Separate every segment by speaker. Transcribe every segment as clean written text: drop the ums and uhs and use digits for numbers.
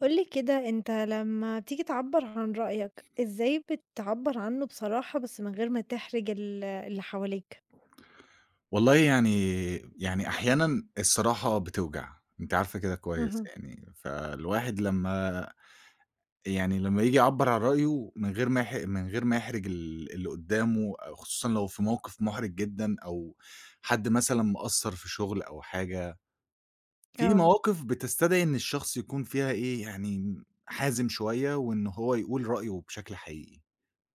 Speaker 1: قُل لي كده أنت لمّا بتيجي تعبّر عن رأيك، إزاي بتعبّر عنه بصراحة بس من غير ما تحرج اللي حواليك؟
Speaker 2: والله، يعني أحيانًا الصراحة بتوجع، أنتِ عارفة كده كويس
Speaker 1: اهم،
Speaker 2: يعني. فالواحد لمّا ييجي يعبّر عن رأيه من غير ما يحرج اللي قدّامه، أو خصوصًا لو في موقف محرج جدًا، أو حد مثلًا مقصّر في شغل أو حاجة. في
Speaker 1: آه،
Speaker 2: مواقف بتستدعي إن الشخص يكون فيها إيه، يعني حازم شوية، وإن هو يقول رأيه بشكل حقيقي.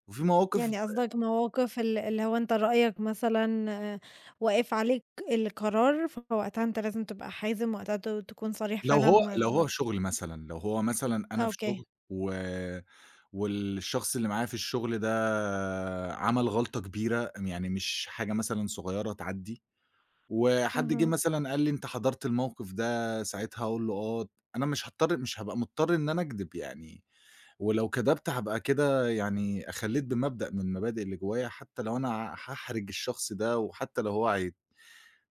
Speaker 2: وفي مواقف
Speaker 1: يعني قصدك مواقف اللي هو أنت رأيك مثلًا واقف عليك القرار، فوقتها أنت لازم تبقى حازم، وقتها تكون صريح
Speaker 2: لو
Speaker 1: فعلًا
Speaker 2: هو
Speaker 1: ما
Speaker 2: لو هو
Speaker 1: ما
Speaker 2: شغل مثلًا، لو هو مثلًا أنا في
Speaker 1: أوكي،
Speaker 2: شغل و والشخص اللي معايا في الشغل ده عمل غلطة كبيرة، يعني مش حاجة مثلًا صغيرة تعدّي. وحد جه
Speaker 1: اهم،
Speaker 2: مثلًا قال لي: "أنت حضرت الموقف ده." ساعتها هاقول له: "آه." أنا مش هابقى مضطر إن أنا أكدب يعني. ولو كدبت هابقى كده يعني أخلّيت بمبدأ من المبادئ اللي جوايا، حتى لو أنا هاحرج الشخص ده، وحتى لو هو هيت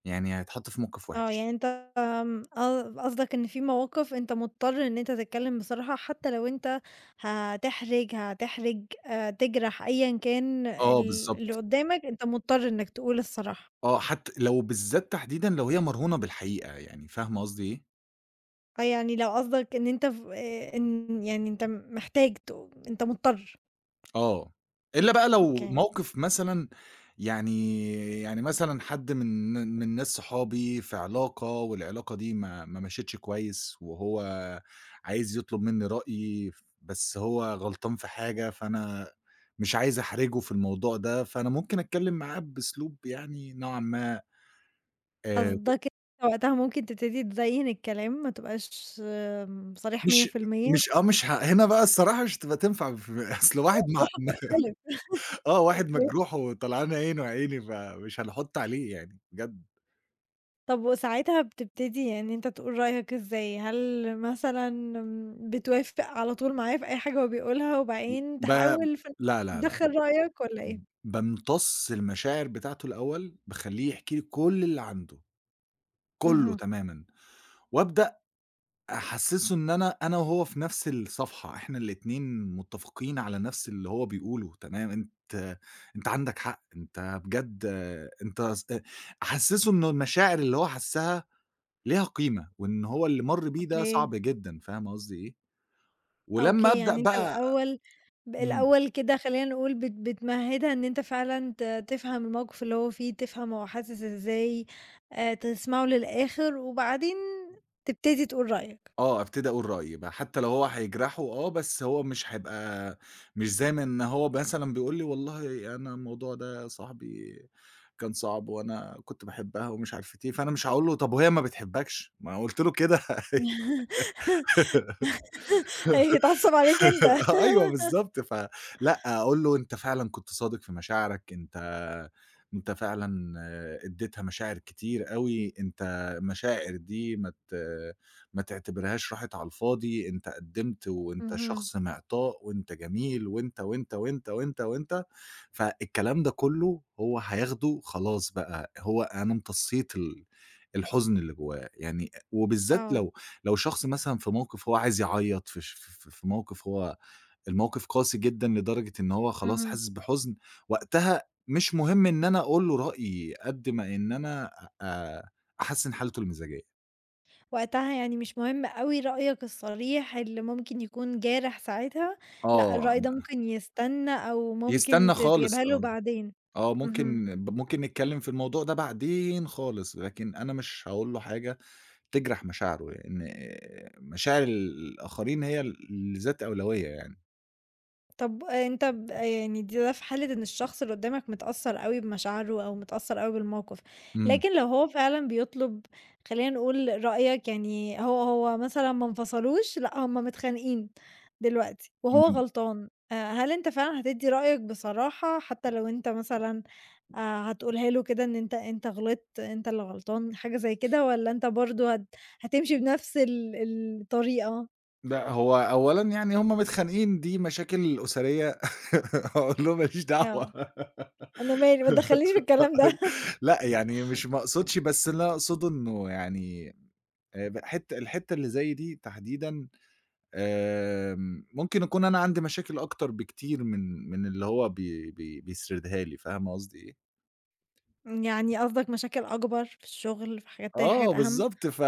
Speaker 2: يعني هيتحط في موقف
Speaker 1: آه
Speaker 2: وِحِش.
Speaker 1: يعني أنت آمم، آه، قصدك إن في مواقف أنت مضطر إن أنت تتكلم بصراحة، حتى لو أنت هتحرج، تجرح أيًا كان ال
Speaker 2: آه
Speaker 1: اللي
Speaker 2: بالضبط.
Speaker 1: قدامك، أنت مضطر إنك تقول الصراحة.
Speaker 2: آه، حتى لو بالذات تحديدًا لو هي مرهونة بالحقيقة، يعني فاهمة قصدي إيه؟
Speaker 1: فيعني لو قصدك إن أنت ف إن يعني أنت محتاج تقو أنت مضطر،
Speaker 2: آه، إلا بقى لو
Speaker 1: أوكي.
Speaker 2: موقف مثلًا يعني يعني مثلًا حد من ناس صحابي في علاقة والعلاقة دي ما مشيتش كويس، وهو عايز يطلب مني رأيي بس هو غلطان في حاجة، فأنا مش عايز أحرجه في الموضوع ده. فأنا ممكن أتكلم معاه بأسلوب يعني نوعًا ما، آآ،
Speaker 1: قصدك أنت وقتها ممكن تبتدي تزيّن الكلام، ما تبقاش صريح
Speaker 2: مش
Speaker 1: 100%
Speaker 2: مش آه، مش ه هنا بقى الصراحة مش هتبقى تنفع في أصل واحد مع
Speaker 1: بصراحة بتختلف،
Speaker 2: آه، واحد
Speaker 1: أوكي.
Speaker 2: مجروح وطلعان عينه يا عيني، فمش هنحُط عليه يعني بجد.
Speaker 1: طب وساعتها بتبتدي يعني إن أنت تقول رأيك إزاي؟ هل مثلًا بتوافق على طول معاه في أي حاجة هو بيقولها وبعدين
Speaker 2: ب
Speaker 1: تحاول في
Speaker 2: لا، لا، لأ.
Speaker 1: تدخّل رأيك والّا
Speaker 2: ب
Speaker 1: إيه؟
Speaker 2: بامتص المشاعر بتاعته الأول، باخلّيه يحكي لي كل اللي عنده، كلّه
Speaker 1: اهم،
Speaker 2: تمامًا. وأبدأ أحسّسه إن أنا وهو في نفس الصفحة، إحنا الاتنين متّفقين على نفس اللي هو بيقوله، تمام، أنت عندك حق، أنت بجد أنت ص أحسّسه إنه المشاعر اللي هو حسّها ليها قيمة، وإن هو اللي مَر بيه ده
Speaker 1: أوكي،
Speaker 2: صعب جدًا، فاهم قصدي إيه؟ ولمّا
Speaker 1: أوكي،
Speaker 2: أبدأ
Speaker 1: يعني أنت
Speaker 2: بقى.
Speaker 1: الأول ب
Speaker 2: إمم.
Speaker 1: الأول كده خلّينا نقول بتمهّدها إن أنت فعلًا تفهم الموقف اللي هو فيه، تفهم هو حاسس إزاي، تسمعه للآخر وبعدين تبتدي تقول رأيك،
Speaker 2: آه، أبتدي أقول رأيي بقى، حتى لو هو هيجرحه. آه، بس هو مش هيبقى مش زي ما إن هو مثلًا بيقول لي والله أنا الموضوع ده صاحبي كان صعب وأنا كنت باحبها ومش عارفة إيه. فأنا مش هاقول له طب وهي ما بتحبكش؟ ما أنا قُلت له كده.
Speaker 1: هيتعصب عليك أنت.
Speaker 2: أيوه بالضبط. فلأ، أقول له أنت فعلًا كنت صادق في مشاعرك. أنت فعلًا اديتها مشاعر كتير أوي. أنت المشاعر دي ما تعتبرهاش راحت على الفاضي. أنت قدّمت وأنت
Speaker 1: اهم،
Speaker 2: شخص معطاء وأنت جميل وأنت، وأنت، وأنت، وأنت، وأنت. فالكلام ده كله هو هياخده خلاص بقى. هو أنا امتصيت الحزن اللي جواه. يعني وبالذات
Speaker 1: آه،
Speaker 2: لو لو شخص مثلًا في موقف هو عايز يعيّط، في ش ف في موقف هو الموقف قاسي جدًا لدرجة إن هو خلاص
Speaker 1: اهم.
Speaker 2: حاسس بحزن. وقتها مش مهم إن أنا أقول له رأيي قد ما إن أنا أ أحسّن حالته المزاجية.
Speaker 1: وقتها يعني مش مهم أوي رأيك الصريح اللي ممكن يكون جارح ساعتها، لأ
Speaker 2: آه،
Speaker 1: الرأي ده ممكن يستنى أو
Speaker 2: يستنى
Speaker 1: ممكن ت
Speaker 2: خالص.
Speaker 1: تجيبها له
Speaker 2: آه،
Speaker 1: بعدين.
Speaker 2: آه
Speaker 1: اهم.
Speaker 2: ممكن نتكلّم في الموضوع ده بعدين خالص، لكن أنا مش هاقول له حاجة تجرح مشاعره، لإن مشاعر الآخرين هي ذات أولوية يعني.
Speaker 1: طب أنت يعني ده في حالة إن الشخص اللي قدّامك متأثّر أوي بمشاعره أو متأثّر أوي بالموقف،
Speaker 2: إمم.
Speaker 1: لكن لو هو فعلًا بيطلب خلّينا نقول رأيك يعني هو مثلًا ما انفصلوش، لأ هُم متخانقين دلوقتي وهو
Speaker 2: إمم.
Speaker 1: غلطان، هل أنت فعلًا هتدّي رأيك بصراحة حتى لو أنت مثلًا آآ هتقولها له كده إن أنت غلطت، أنت اللي غلطان، حاجة زي كده والّا أنت برضه هتمشي بنفس الطريقة؟
Speaker 2: لأ، هو أولًا يعني هُم متخانقين دي مشاكل أسرية. هاقول لهم ما ليش
Speaker 1: آه،
Speaker 2: دعوة.
Speaker 1: أنا مالي ما تدخّلنيش في الكلام ده.
Speaker 2: لأ، يعني مش ما اقصدش بس اللي أنا أقصده إنه يعني، ب حتّة الحتّة اللي زي دي تحديدًا. آمم، ممكن أكون أنا عندي مشاكل أكتر بكتير من اللي هو بي بي بيسردها لي، فاهمة قصدي إيه؟
Speaker 1: إمم، يعني قصدك مشاكل أكبر في الشغل، في حاجات تانية
Speaker 2: آه،
Speaker 1: حاجات أهم،
Speaker 2: بالضبط. ف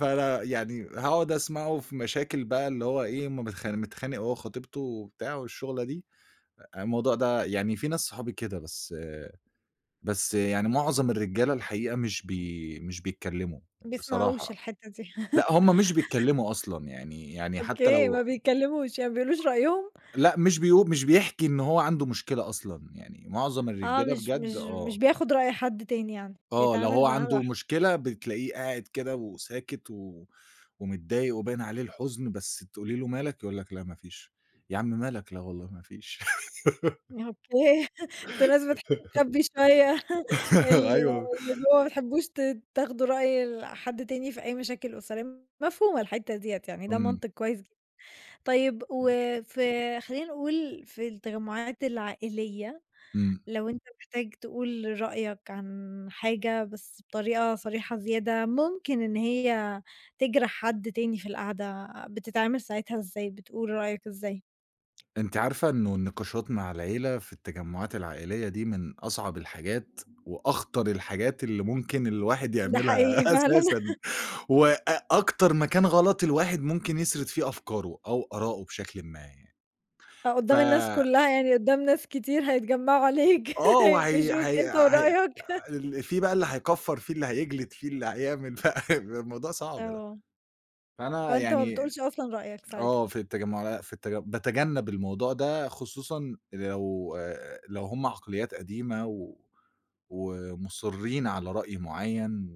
Speaker 2: فأنا يعني هاقعد أسمعه في مشاكل بقى اللي هو إيه، هُم متخانق هو وخطيبته وبتاع والشغلة دي. الموضوع ده يعني في ناس صحابي كده، بس يعني معظم الرجالة الحقيقة مش بيتكلموا
Speaker 1: ما بيسمعوش
Speaker 2: بصراحة.
Speaker 1: الحتّة دي.
Speaker 2: لأ، هم مش بيتكلموا أصلًا يعني. يعني حتى
Speaker 1: أوكي،
Speaker 2: لو،
Speaker 1: ما بيتكلّموش، يعني ما بيقولوش رأيهم،
Speaker 2: لأ مش بيحكي إن هو عنده مشكلة أصلًا. يعني معظم
Speaker 1: آه،
Speaker 2: الرجالة
Speaker 1: مش مش
Speaker 2: بجد.
Speaker 1: مش
Speaker 2: آه،
Speaker 1: بياخد رأي حد تاني يعني،
Speaker 2: آه لو هو
Speaker 1: بيتعامل معاه
Speaker 2: عنده
Speaker 1: لوحده.
Speaker 2: مشكلة بتلاقيه قاعد كده وساكت و ومتضايق وباين عليه الحزن، بس تقولي له مالك؟ يقول لك: "لأ ما فيش." يا عم مالك؟ "لأ والله ما فيش."
Speaker 1: أوكي، أنتم ناس بتحبّوا تخبّي شوية ال
Speaker 2: أيوه.
Speaker 1: اللي جوّه، ما بتحبّوش تاخدوا رأي حد تاني في أي مشاكل أسرية، مفهومة الحتّة ديّة يعني، ده
Speaker 2: إمم.
Speaker 1: منطق كويس جدًا. طيب خلّينا نقول في التجمُّعات العائلية
Speaker 2: إمم.
Speaker 1: لو أنت محتاج تقول رأيك عن حاجة بس بطريقة صريحة زيادة ممكن إن هي تجرح حد تاني في القعدة، بتتعامل ساعتها إزاي، بتقول رأيك إزاي؟
Speaker 2: أنتِ عارفة إنه النقاشات مع العيلة في التجمعات العائلية دي من أصعب الحاجات، وأخطر الحاجات اللي ممكن الواحد
Speaker 1: ده
Speaker 2: يعملها
Speaker 1: حقيقي فعلًا
Speaker 2: أساسًا، وأكتر مكان غلط الواحد ممكن يسرد فيه أفكاره أو آراءه بشكل ما يعني. ف
Speaker 1: قدّام الناس كلّها يعني قدّام ناس كتير هيتجمعوا عليك
Speaker 2: آه، وهي
Speaker 1: هيقفشوك
Speaker 2: هي
Speaker 1: أنت
Speaker 2: هي
Speaker 1: ورأيك
Speaker 2: في بقى اللي هيكفّر، في اللي هيجلد، في اللي هيعمل، فالموضوع صعب لأ.
Speaker 1: آه،
Speaker 2: فأنا
Speaker 1: فأنت ما
Speaker 2: يعني
Speaker 1: بتقولش أصلًا رأيك ساعتها،
Speaker 2: في التجمع لأ، في التج باتجنب الموضوع ده خصوصًا لو، لو هم عقليات قديمة ومُصرّين على رأي معيّن.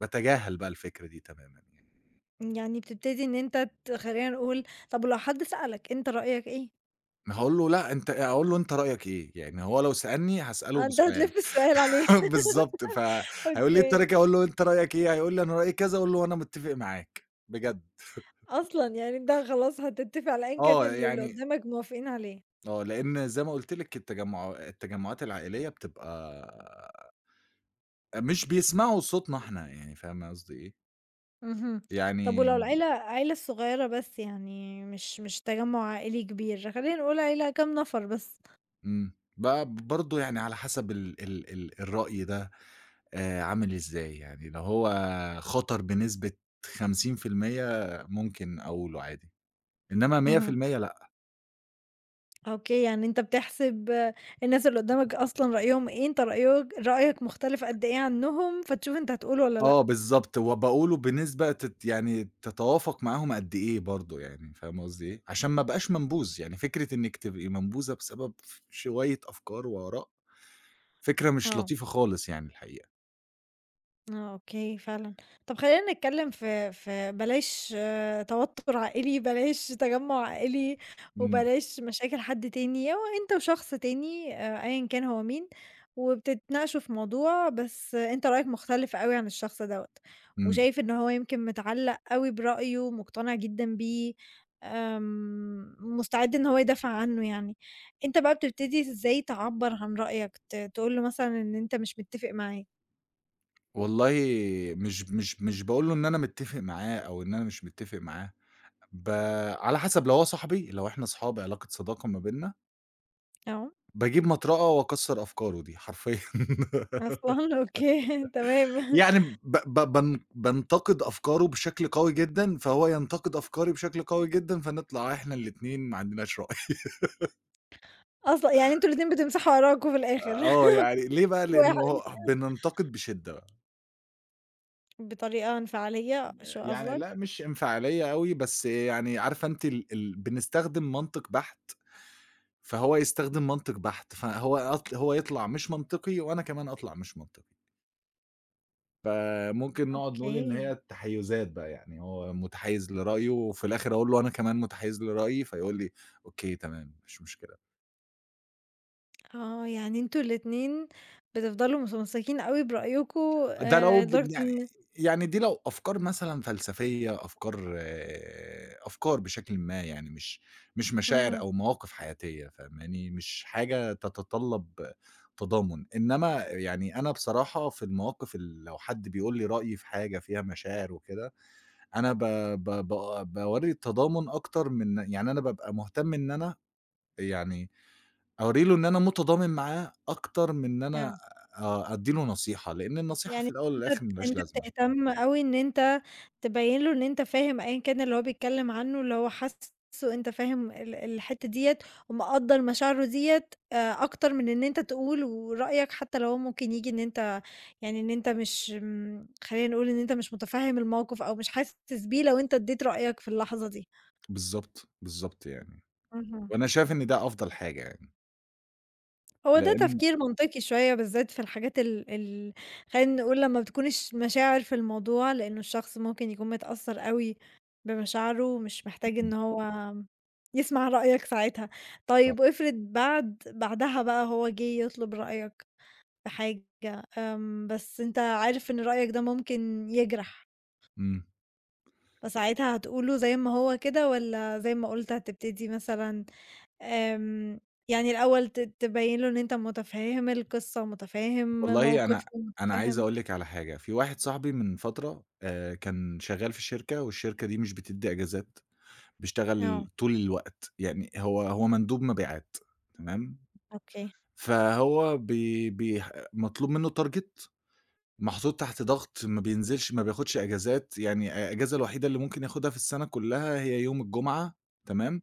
Speaker 2: باتجاهل بقى الفكرة دي تمامًا يعني.
Speaker 1: يعني بتبتدي إن أنت خلّينا نقول طب ولو حد سألك أنت رأيك إيه؟
Speaker 2: هاقول له لأ أنت، هاقول له أنت رأيك إيه؟ يعني هو لو سألني هاسأله
Speaker 1: آه، أنت
Speaker 2: بسؤال.
Speaker 1: هتلِف السؤال عليه
Speaker 2: بالضبط، فهيقول لي أنت رأيك
Speaker 1: أوكي.
Speaker 2: إيه؟ هاقول له أنت رأيك إيه؟ هيقول لي أنا رأيي كذا، أقول له وأنا متّفق معاك بجد.
Speaker 1: أصلًا، يعني أنت خلاص هتتفق على أيًا كان
Speaker 2: آه،
Speaker 1: اللي
Speaker 2: يعني
Speaker 1: قدّامك موافقين عليه.
Speaker 2: آه، لإن زي ما قُلت لِك التجمعات العائلية بتبقى مش بيسمعوا صوتنا إحنا، يعني فاهمة قصدي إيه؟
Speaker 1: اهم. طب
Speaker 2: يعني.
Speaker 1: ولو العيلة الصغيّرة بس يعني مش تجمُّع عائلي كبير، خلّينا نقول عيلة كام نفر بس؟
Speaker 2: إمم، برضه يعني على حسب ال ال ال الرأي ده عامل إزاي، يعني لو هو خطر بنسبة 50% ممكن أقوله عادي، إنما
Speaker 1: اهم.
Speaker 2: 100% لأ.
Speaker 1: أوكي، يعني أنت بتحسب الناس اللي قدّامك أصلًا رأيهم إيه، أنت رأيك مختلف قد إيه عنّهم، فتشوف أنت هتقول والّا لأ.
Speaker 2: آه بالضبط، وباقوله بنسبة يعني تتوافق معاهم قد إيه برضه يعني، فاهمة قصدي إيه؟ عشان ما ابقاش منبوذ، يعني فكرة إنِّك تبقي منبوذة بسبب شوية أفكار وآراء. فكرة مش
Speaker 1: آه.
Speaker 2: لطيفة خالص يعني الحقيقة.
Speaker 1: آه، أوكي فعلًا. طب خلّينا نتكلّم في بلاش توتُّر عائلي، بلاش تجمُّع عائلي،
Speaker 2: إمم.
Speaker 1: وبلاش مشاكل حد تاني، هو أنت وشخص تاني أيًا كان هو مين، وبتتناقشوا في موضوع بس أنت رأيك مختلف أوي عن الشخص دوّة،
Speaker 2: إمم.
Speaker 1: وشايف إن هو يمكن متعلّق أوي برأيه، مقتنع جدًا بيه، مستعد إن هو يدافع عنّه يعني. أنت بقى بتبتدي إزاي تعبّر عن رأيك، تقول له مثلًا إن أنت مش متّفق معاه؟
Speaker 2: والله مش باقول له إن أنا متّفق معاه أو إن أنا مش متّفق معاه. ب على حسب لو هو صاحبي لو إحنا صحاب علاقة صداقة ما بيننا،
Speaker 1: آه.
Speaker 2: باجيب مطرقة وأكسّر أفكاره دي حرفيًا.
Speaker 1: أصلًا! أوكي تمام.
Speaker 2: يعني ب ب بان بانتقد أفكاره بشكل قوي جدًا، فهو ينتقد أفكاري بشكل قوي جدًا، فنطلع إحنا الاتنين ما عندناش رأي.
Speaker 1: أصلًا يعني أنتم الاتنين بتمسحوا وراكم في الآخر
Speaker 2: آه، يعني ليه بقى؟
Speaker 1: واحد
Speaker 2: لإنه بننتقد بشدة.
Speaker 1: بطريقة انفعالية شو
Speaker 2: يعني لأ،
Speaker 1: قصدك؟
Speaker 2: مش انفعالية أوي، بس يعني عارفة أنتِ، ال ال بنستخدم منطق بحت، فهو يستخدم منطق بحت، فهو هو يطلع مش منطقي وأنا كمان أطلع مش منطقي. فممكن نقعد نقول إن هي
Speaker 1: أوكي.
Speaker 2: تحيُّزات بقى، يعني هو متحيِّز لرأيه وفي الآخر أقول له أنا كمان متحيِّز لرأيي، فيقول لي: "أوكي، تمام، مفيش مشكلة."
Speaker 1: آه. يعني أنتم الاتنين بتفضلوا متمسّكين أوي برأيكم
Speaker 2: ده لو بن
Speaker 1: لدرجة
Speaker 2: يعني
Speaker 1: إن
Speaker 2: يعني دي لو أفكار مثلًا فلسفية، أفكار آه، أفكار بشكلٍ ما يعني مش مش مشاعر
Speaker 1: اهم.
Speaker 2: أو مواقف حياتية فاهماني، مش حاجة تتطلب تضامن. إنما يعني أنا بصراحة في المواقف، لو حد بيقول لي رأيي في حاجة فيها مشاعر وكده، أنا ب ب ب باورّي التضامن، أكتر من يعني أنا بابقى مهتم إن أنا يعني أورّي له إن أنا متضامن معاه أكتر من إن أنا
Speaker 1: آه.
Speaker 2: أدّي له نصيحة، لإن النصيحة في
Speaker 1: يعني
Speaker 2: الأول
Speaker 1: أنت
Speaker 2: والآخر ما لهاش
Speaker 1: أنت
Speaker 2: لازمة.
Speaker 1: بتهتم أوي إن أنت تبيّن له إن أنت فاهم أيًا كان اللي هو بيتكلّم عنّه، اللي هو حاسّه أنت فاهم الحتّة ديّة ومقدّر مشاعره ديّة أكتر من إن أنت تقول ورأيك حتّى لو هو ممكن ييجي إن أنت يعني إن أنت مش م خلّينا نقول إن أنت مش مُتفهِّم الموقِف أو مش حاسس بيه لو أنت ادّيت رأيك في اللحظة دي.
Speaker 2: بالضبط، بالضبط يعني.
Speaker 1: اهم.
Speaker 2: وأنا شايف إن ده أفضل حاجة يعني.
Speaker 1: هو ده
Speaker 2: لإن
Speaker 1: تفكير منطقي شوية بالذات في الحاجات ال ال خلينا نقول لمّا بتكون مشاعر في الموضوع، لإنه الشخص ممكن يكون متأثّر أوي بمشاعره ومش محتاج
Speaker 2: إمم.
Speaker 1: إن هو يسمع رأيك ساعتها.
Speaker 2: صح.
Speaker 1: طيب وافرض بعدها بقى هو جِه يطلب رأيك في حاجة، بس أنت عارف إن رأيك ده ممكن يجرح،
Speaker 2: إمم.
Speaker 1: فساعتها هتقوله زي ما هو كده والّا زي ما قُلت هتبتدي مثلًا آمم، يعني الأول تبيّن له إن أنت مُتفهِّم القصة، مُتفهِّم
Speaker 2: والله أنا
Speaker 1: موقفه،
Speaker 2: عايز
Speaker 1: مُتفهِّم
Speaker 2: أقول لِك على حاجة، في واحد صاحبي من فترة، كان شغال في شركة والشركة دي مش بتدّي إجازات،
Speaker 1: آه،
Speaker 2: بيشتغل طول الوقت، يعني هو هو مندوب مبيعات. تمام،
Speaker 1: أوكي.
Speaker 2: فهو بي بيح مطلوب منه target، محطوط تحت ضغط، ما بينزلش ما بياخدش إجازات. يعني أ الإجازة الوحيدة اللي ممكن ياخدها في السنة كلّها هي يوم الجمعة. تمام،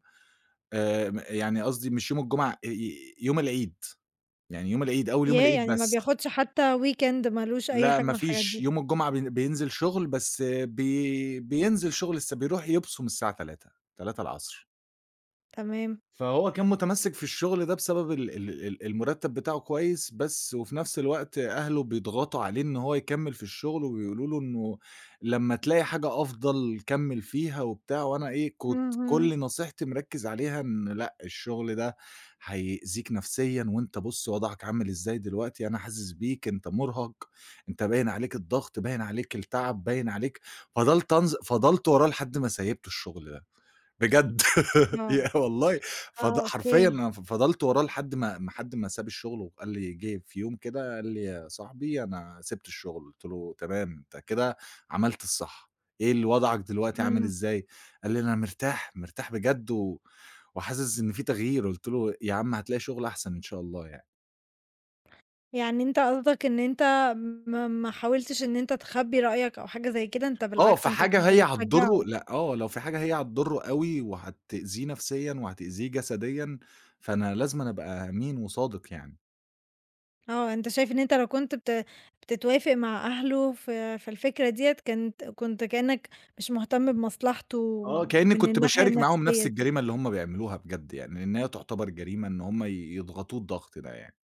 Speaker 2: م يعني قصدي مش يوم الجمعة، ي ي يوم العيد. يعني يوم العيد، أول يوم
Speaker 1: ياه!
Speaker 2: العيد
Speaker 1: يعني ما
Speaker 2: بس.
Speaker 1: بياخدش حتى weekend ما لوش أي
Speaker 2: لأ،
Speaker 1: حاجة
Speaker 2: ما
Speaker 1: من الحاجات
Speaker 2: فيش،
Speaker 1: دي،
Speaker 2: يوم الجمعة بينزل شغل. بس آه، بينزل شغل، بيروح يبصم الساعة 15:00، 15:00.
Speaker 1: تمام.
Speaker 2: فهو كان متمسّك في الشغل ده بسبب ال ال ال المرتّب بتاعه كويس. بس وفي نفس الوقت أهله بيضغطوا عليه إن هو يكمّل في الشغل، وبيقولوا له إنه لمّا تلاقي حاجة أفضل كمّل فيها وبتاع. وأنا إيه، كنت
Speaker 1: اهم،
Speaker 2: كل نصيحتي مركّز عليها إن لأ، الشغل ده هيأذيك نفسيًا، وأنت بُص وضعك عامل إزاي دلوقتي، أنا حاسس بيك، أنت مُرهَق، أنت باين عليك الضغط، باين عليك التعب، باين عليك. فضلت وراه لحد ما سيبت الشغل ده. بجد
Speaker 1: آه،
Speaker 2: يا والله.
Speaker 1: آه، أوكي،
Speaker 2: حرفيًا أنا فضلت وراه لحد ما ساب الشغل، وقال لي جه في يوم كده قال لي: "يا صاحبي أنا سِبت الشغل." قُلت له: "تمام، أنت كده عملت الصح، إيه وضعك دلوقتي عامل
Speaker 1: إمم.
Speaker 2: إزاي؟" قال لي: "أنا مرتاح، مرتاح بجد وحاسس إن في تغيير." قُلت له: "يا عم هتلاقي شغل أحسن إن شاء الله يعني."
Speaker 1: يعني أنت قصدك إن أنت ما حاولتش إن أنت تخبّي رأيك أو حاجة زي كده، أنت
Speaker 2: آه،
Speaker 1: بالعكس أنت
Speaker 2: فحاجة
Speaker 1: كنت
Speaker 2: هي هتضره
Speaker 1: بتشجّعه.
Speaker 2: لأ، آه، لو في حاجة هي هتضره أوي وهتأذيه نفسيًا وهتأذيه جسديًا، فأنا لازمًا أبقى أمين وصادق يعني.
Speaker 1: آه، أنت شايف إن أنت لو كنت بتتوافق مع أهله في الفكرة ديّة، كانت كنت كأنك مش مهتم بمصلحته
Speaker 2: آه، كإني
Speaker 1: من
Speaker 2: كنت
Speaker 1: الناحية
Speaker 2: باشارك معاهم نفس
Speaker 1: النفسية دي.
Speaker 2: الجريمة اللي هم بيعملوها بجد يعني، لإن هي تعتبر جريمة إن هم يضغطوه الضغط ده يعني.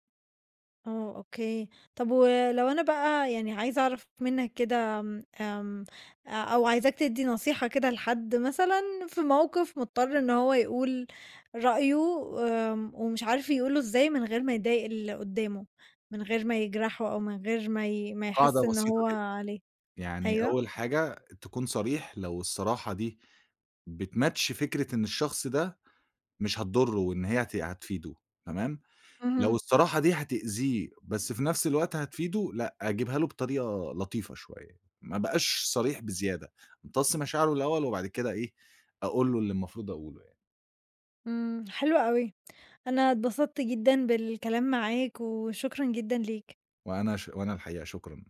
Speaker 1: آه، أوكي. طب ولو أنا بقى يعني عايزة أعرف منك كده آمم، آمم، أو عايزاك تدّي نصيحة كده لحد مثلًا في موقف مضطر إن هو يقول رأيه ومش عارف يقوله إزاي من غير ما يضايق اللي قدّامه، من غير ما يجرحه أو من غير ما ما
Speaker 2: قاعدة
Speaker 1: يحس إن
Speaker 2: بسيطة
Speaker 1: هو
Speaker 2: جدًا،
Speaker 1: عليه.
Speaker 2: يعني
Speaker 1: أيوه.
Speaker 2: أول حاجة تكون صريح لو الصراحة دي بتmatch فكرة إن الشخص ده مش هتضره وإن هي هتفيده. تمام، لو
Speaker 1: اهم.
Speaker 2: الصراحة دي هتأذيه بس في نفس الوقت هتفيده، لأ أجيبها له بطريقة لطيفة شوية، ما أبقاش صريح بزيادة. أمتص مشاعره الأول وبعد كده إيه، أقول له اللي المفروض أقوله يعني.
Speaker 1: إمم، حلو أوي، أنا اتبسطت جدًا بالكلام معاك، وشكرًا جدًا ليك.
Speaker 2: وأنا الحقيقة شكرًا.